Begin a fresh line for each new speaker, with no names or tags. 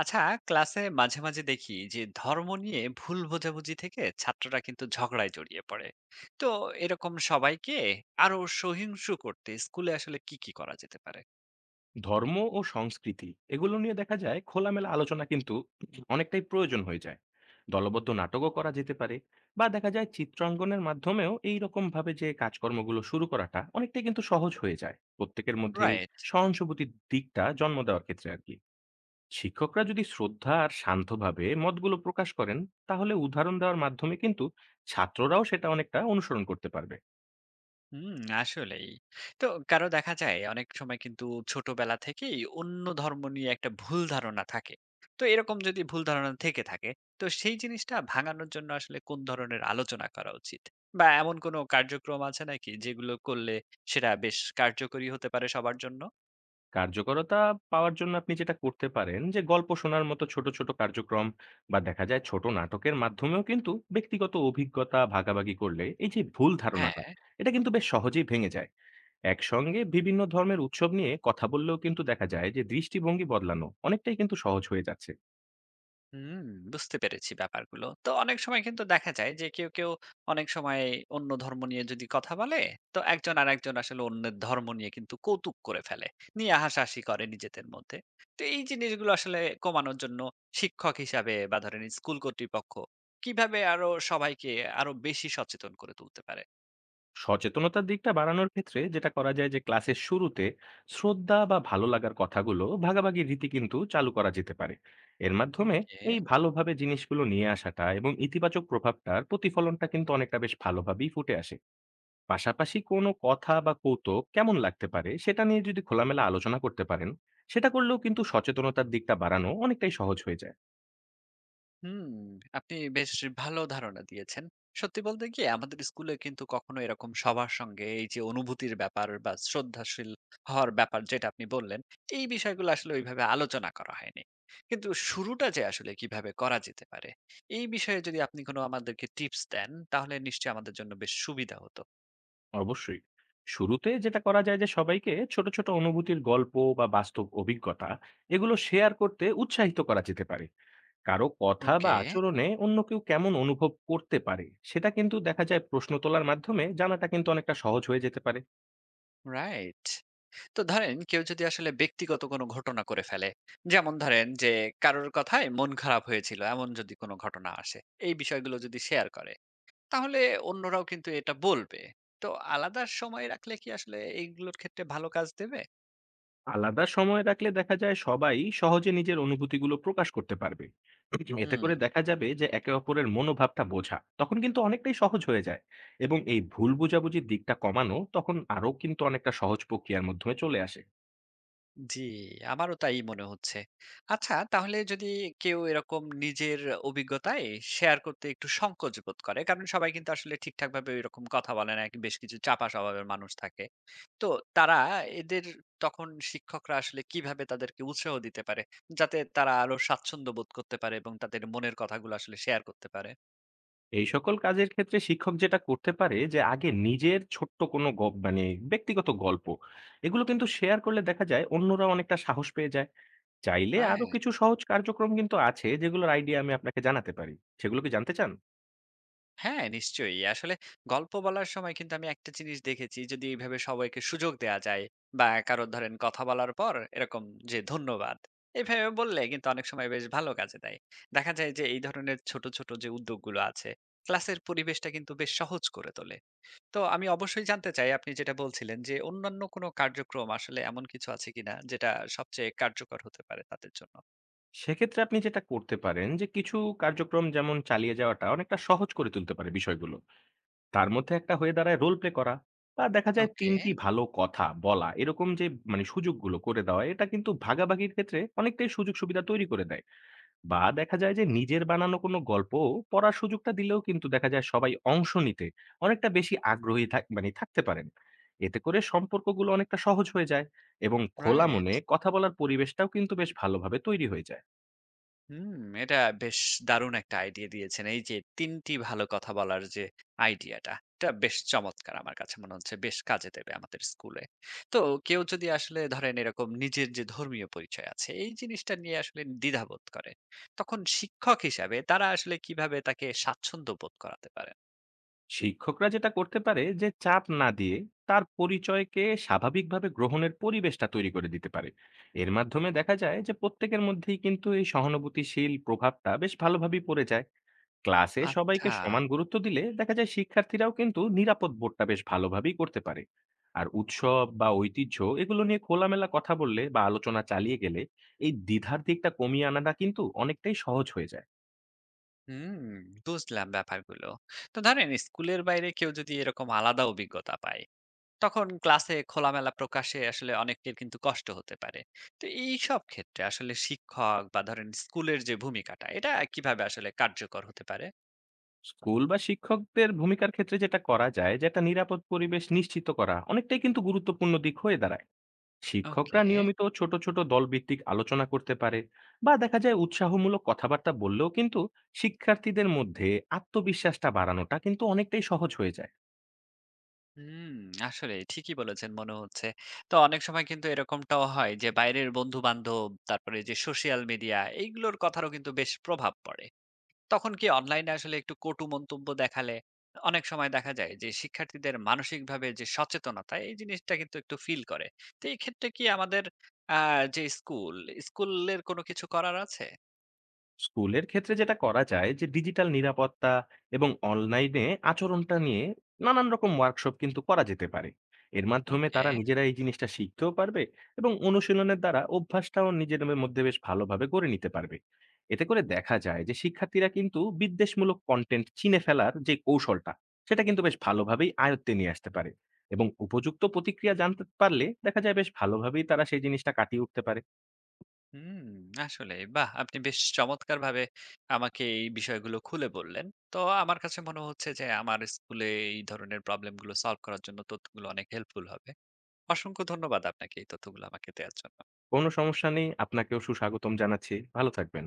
আচ্ছা। ক্লাসে মাঝে মাঝে দেখি যে ধর্ম নিয়ে ভুল বোঝাবুঝি থেকে ছাত্ররা কিন্তু ঝগড়ায় জড়িয়ে পড়ে। তো এরকম সবাইকে আরো সহিংসু করতে স্কুলে আসলে কি কি করা যেতে পারে?
ধর্ম ও সংস্কৃতি এগুলো নিয়ে দেখা যায় খোলামেলা আলোচনা কিন্তু অনেকটাই প্রয়োজন হয়ে যায়। দলবদ্ধ নাটকও করা যেতে পারে, বা দেখা যায় চিত্রাঙ্কনের মাধ্যমেও এই রকম ভাবে যে কাজকর্মগুলো শুরু করাটা অনেকটাই কিন্তু সহজ হয়ে যায় প্রত্যেকের মধ্যে এই
রাইট।
সহানুভূতির দিকটা জন্ম দেওয়ার ক্ষেত্রে আর কি। শিক্ষকরা যদি শ্রদ্ধা আর শান্তভাবে মতগুলো প্রকাশ করেন, তাহলে উদাহরণ দেওয়ার মাধ্যমে কিন্তু ছাত্ররাও সেটা অনেকটা অনুসরণ করতে পারবে।
হুম, আসলেই। তো কারো দেখা যায় অনেক সময় কিন্তু ছোটবেলা থেকেই অন্য ধর্ম নিয়ে একটা ভুল ধারণা থাকে। তো এরকম যদি ভুল ধারণা থেকে থাকে, তো সেই জিনিসটা ভাঙানোর জন্য আসলে কোন ধরনের আলোচনা করা উচিত? বা এমন কোনো কার্যক্রম আছে নাকি যেগুলো করলে সেটা বেশ কার্যকরী হতে পারে সবার জন্য?
কার্যকরতা পাওয়ার জন্য আপনি যেটা করতে পারেন যে গল্প শোনার মতো ছোট ছোট কার্যক্রম, বা দেখা যায় ছোট নাটকের মাধ্যমেও কিন্তু ব্যক্তিগত অভিজ্ঞতা ভাগাভাগি করলে এই যে ভুল ধারণাটা,
হ্যাঁ।
এটা কিন্তু বেশ সহজেই ভেঙে যায়। একসঙ্গে বিভিন্ন ধর্মের উৎসব নিয়ে কথা বললেও কিন্তু দেখা যায় যে দৃষ্টিভঙ্গি বদলানো অনেকটাই কিন্তু সহজ হয়ে যাচ্ছে।
হুম, বুঝতে পেরেছি ব্যাপারগুলো। তো অনেক সময় কিন্তু দেখা যায় যে কেউ অনেক সময় অন্য ধর্ম নিয়ে যদি কথা বলে, তো একজন আরেকজন আসলে অন্যের ধর্ম নিয়ে কিন্তু কৌতুক করে ফেলে। নিয়ে হাসাহাসি করে নিজেদের মধ্যে। তো এই জিনিসগুলো আসলে কমানোর জন্য শিক্ষক হিসাবে বা ধরেন স্কুল কর্তৃপক্ষ কিভাবে আরো সবাইকে আরো বেশি সচেতন করে তুলতে পারে?
সচেতনতার দিকটা বাড়ানোর ক্ষেত্রে যেটা করা যায় যে ক্লাসের শুরুতে শ্রদ্ধা বা ভালো লাগার কথাগুলো ভাগাভাগি রীতি কিন্তু চালু করা যেতে পারে। এর মাধ্যমে
ওকে।
এই ভালোভাবে জিনিসগুলো নিয়ে আসাটা এবং ইতিবাচক প্রভাবটার প্রতিফলনটা কিন্তু অনেকটা বেশ ভালোভাবেই ফুটে আসে। পাশাপাশি কোনো কথা বা কৌতুক কেমন লাগতে পারে সেটা নিয়ে যদি খোলামেলা আলোচনা করতে পারেন, সেটা করলেও কিন্তু সচেতনতার দিকটা বাড়ানো অনেকটাই সহজ হয়ে যায়।
হুম, আপনি বেশ ভালো ধারণা দিয়েছেন। সত্যি বলতে কি আমাদের স্কুলে কিন্তু কখনো এরকম সবার সঙ্গে এই যে অনুভূতির ব্যাপার বা শ্রদ্ধাশীল হওয়ার ব্যাপার যেটা আপনি বললেন, এই বিষয়গুলো আসলে ওইভাবে আলোচনা করা হয়নি। কিন্তু শুরুটা যে আসলে কিভাবে করা যেতে পারে, এই বিষয়ে যদি আপনি কোনো আমাদেরকে টিপস দেন, তাহলে নিশ্চয়ই আমাদের জন্য বেশ সুবিধা হতো।
অবশ্যই। শুরুতে যেটা করা যায় যে সবাইকে ছোট, ছোট অনুভূতির গল্প বা বাস্তব অভিজ্ঞতা এগুলো শেয়ার করতে উৎসাহিত করা যেতে পারে। কারো কথা বা
ওকে,
আচরণে অন্য কেউ কেমন অনুভব করতে পারে সেটা কিন্তু দেখা যায় প্রশ্ন তোলার মাধ্যমে জানাটা কিন্তু অনেকটা সহজ হয়ে যেতে পারে।
রাইট। তো ধরেন কেউ যদি আসলে ব্যক্তিগত কোনো ঘটনা করে ফেলে, যেমন ধরেন যে কারোর কথায় মন খারাপ হয়েছিল এমন যদি কোনো ঘটনা আসে, এই বিষয়গুলো যদি শেয়ার করে, তাহলে অন্যরাও কিন্তু এটা বলবে। তো আলাদা সময় রাখলে কি আসলে এইগুলোর ক্ষেত্রে ভালো কাজ দেবে?
আলাদা সময় রাখলে দেখা যায় সবাই সহজে নিজের অনুভূতিগুলো প্রকাশ করতে পারবে। এতে
হুম।
করে দেখা যাবে যে একে অপরের মনোভাবটা বোঝা তখন কিন্তু অনেকটাই সহজ হয়ে যায়, এবং এই ভুল বোঝাবুঝির দিকটা কমানো তখন আরো কিন্তু অনেকটা সহজ প্রক্রিয়ার মাধ্যমে চলে আসে।
জি, আমারও তাই মনে হচ্ছে। আচ্ছা তাহলে যদি কেউ এরকম নিজের অভিজ্ঞতায় শেয়ার করতে একটু সংকোচ বোধ করে, কারণ সবাই কিন্তু আসলে ঠিকঠাক ভাবে এরকম কথা বলে না, বেশ কিছু চাপা স্বভাবের মানুষ থাকে, তো তারা এদের তখন শিক্ষকরা আসলে কিভাবে তাদেরকে উৎসাহ দিতে পারে? যাতে তারা আরো স্বাচ্ছন্দ্য বোধ করতে পারে এবং তাদের মনের কথাগুলো আসলে শেয়ার করতে পারে।
এই সকল কাজের ক্ষেত্রে শিক্ষক যেটা করতে পারে যে আগে নিজের ছোট্ট কোনো গপ মানে ব্যক্তিগত গল্প, এগুলো কিন্তু শেয়ার করলে দেখা যায় অন্যরা অনেকটা সাহস পেয়ে যায়। চাইলে আরো
রাইট।
কিছু সহজ কার্যক্রম কিন্তু আছে যেগুলোর আইডিয়া আমি আপনাকে জানাতে পারি। সেগুলো কি জানতে চান?
হ্যাঁ, নিশ্চয়ই। আসলে গল্প বলার সময় কিন্তু আমি একটা জিনিস দেখেছি, যদি এইভাবে সবাইকে সুযোগ দেয়া যায় বা কারো ধরেন কথা বলার পর এরকম যে ধন্যবাদ, এভাবে বললে কিন্তু অনেক সময় বেশ ভালো কাজে দেয়। দেখা যায় যে এই ধরনের ছোট, ছোট যে উদ্যোগগুলো আছে ক্লাসের পরিবেশটা কিন্তু বেশ সহজ করে তোলে। তো আমি অবশ্যই জানতে চাই আপনি যেটা বলছিলেন যে অন্যান্য কোনো কার্যক্রম আসলে এমন কিছু আছে কিনা যেটা সবচেয়ে কার্যকর হতে পারে তাদের জন্য?
সেক্ষেত্রে আপনি যেটা করতে পারেন যে কিছু কার্যক্রম যেমন চালিয়ে যাওয়াটা অনেকটা সহজ করে তুলতে পারে বিষয়গুলো। তার মধ্যে একটা হয়ে দাঁড়ায় রোল প্লে করা, বা দেখা যায়
ওকে,
তিনটি ভালো কথা বলা এরকম যে মানে সুযোগগুলো করে দেওয়া, এটা কিন্তু ভাগাভাগির ক্ষেত্রে অনেকটাই সুযোগ সুবিধা তৈরি করে দেয়। বা দেখা যায় যে নিজের বানানো কোনো গল্প পড়ার সুযোগটা দিলেও কিন্তু দেখা যায় সবাই অংশ নিতে অনেকটা বেশি আগ্রহী থাকতে পারেন। এতে করে সম্পর্কগুলো অনেকটা সহজ হয়ে যায়, এবং খোলা
রাইট।
মনে কথা বলার পরিবেশটাও কিন্তু বেশ ভালোভাবে তৈরি হয়ে যায়।
হুম, এটা বেশ দারুণ একটা আইডিয়া দিয়েছেন। এই যে ৩ টি ভালো কথা বলার যে আইডিয়াটা, এটা বেশ চমৎকার আমার কাছে মনে হচ্ছে, বেশ কাজে দেবে আমাদের স্কুলে। তো কেউ যদি আসলে ধরেন এরকম নিজের যে ধর্মীয় পরিচয় আছে এই জিনিসটা নিয়ে আসলে দ্বিধাবোধ করে, তখন শিক্ষক হিসাবে তারা আসলে কিভাবে তাকে স্বাচ্ছন্দ্য বোধ করাতে পারেন?
শিক্ষকরা যেটা করতে পারে যে চাপ না দিয়ে তার পরিচয়কে স্বাভাবিকভাবে গ্রহণের পরিবেশটা তৈরি করে দিতে পারে। এর মাধ্যমে দেখা যায় যে প্রত্যেকের মধ্যেই কিন্তু এই সহানুভূতিশীল প্রভাবটা বেশ ভালোভাবেই পড়ে যায়। ক্লাসে সবাইকে
আচ্ছা।
সমান গুরুত্ব দিলে দেখা যায় শিক্ষার্থীরাও কিন্তু নিরাপদ বোধটা বেশ ভালোভাবেই করতে পারে। আর উৎসব বা ঐতিহ্য এগুলো নিয়ে খোলামেলা কথা বললে বা আলোচনা চালিয়ে গেলে এই দ্বিধার দিকটা কমিয়ে আনাটা কিন্তু অনেকটাই সহজ হয়ে যায়।
হুম, বুঝলাম ব্যাপারগুলো। তো ধরেন স্কুলের বাইরে কেউ যদি এরকম আলাদা অভিজ্ঞতা পায়, তখন ক্লাসে খোলামেলা প্রকাশে আসলে অনেকের কিন্তু কষ্ট হতে পারে। তো এইসব ক্ষেত্রে আসলে শিক্ষক বা ধরেন স্কুলের যে ভূমিকাটা, এটা কিভাবে আসলে কার্যকর হতে পারে?
স্কুল বা শিক্ষকদের ভূমিকার ক্ষেত্রে যেটা করা যায় যেটা নিরাপদ পরিবেশ নিশ্চিত করা অনেকটাই কিন্তু গুরুত্বপূর্ণ দিক হয়ে দাঁড়ায়।
ওকে।
শিক্ষকরা নিয়মিত ছোট ছোট দলভিত্তিক আলোচনা করতে পারে, বা দেখা যায় উৎসাহমূলক কথাবার্তা বললেও কিন্তু শিক্ষার্থীদের মধ্যে আত্মবিশ্বাসটা বাড়ানোটা কিন্তু অনেকটাই সহজ হয়ে যায়।
হুম, আসলে ঠিকই বলেছেন মনে হচ্ছে। তো অনেক সময় কিন্তু এরকমটাও হয় যে বাইরের বন্ধু-বান্ধব, তারপরে যে সোশ্যাল মিডিয়া এইগুলোর কথারও কিন্তু বেশ প্রভাব পড়ে। তখন কি অনলাইনে আসলে একটু কটু মন্তব্য দেখালে অনেক সময় দেখা যায় যে শিক্ষার্থীদের মানসিকভাবে যে সচেতনতা এই জিনিসটা কিন্তু একটু ফিল করে? তো এই ক্ষেত্রে কি আমাদের আহ, যে স্কুল স্কুলের কোনো কিছু করার আছে?
স্কুলের ক্ষেত্রে যেটা করা যায় যে ডিজিটাল নিরাপত্তা এবং অনলাইনে আচরণটা নিয়ে নানান রকম ওয়ার্কশপ কিন্তু করা যেতে পারে। এর মাধ্যমে
ওকে।
তারা নিজেরা এই জিনিসটা শিখতেও পারবে, এবং অনুশীলনের দ্বারা অভ্যাসটাও নিজেদের মধ্যে বেশ ভালোভাবে গড়ে নিতে পারবে। এতে করে দেখা যায় যে শিক্ষার্থীরা কিন্তু বিদ্বেষমূলক কন্টেন্ট চিনে ফেলার যে কৌশলটা, সেটা কিন্তু বেশ ভালোভাবেই আয়ত্তে নিয়ে আসতে পারে। এবং উপযুক্ত প্রতিক্রিয়া জানতে পারলে দেখা যায় বেশ ভালোভাবেই তারা সেই জিনিসটা কাটিয়ে উঠতে পারে।
হুম। আসলে বাহ, আপনি বেশ চমৎকার ভাবে আমাকে এই বিষয়গুলো খুলে বললেন। তো আমার কাছে মনে হচ্ছে যে আমার স্কুলে এই ধরনের প্রবলেমগুলো সলভ করার জন্য তথ্যগুলো অনেক হেল্পফুল হবে। অসংখ্য ধন্যবাদ আপনাকে এই তথ্যগুলো আমাকে দেওয়ার জন্য।
কোনো সমস্যা নেই। আপনাকেও সুস্বাগতম জানাচ্ছি, ভালো থাকবেন।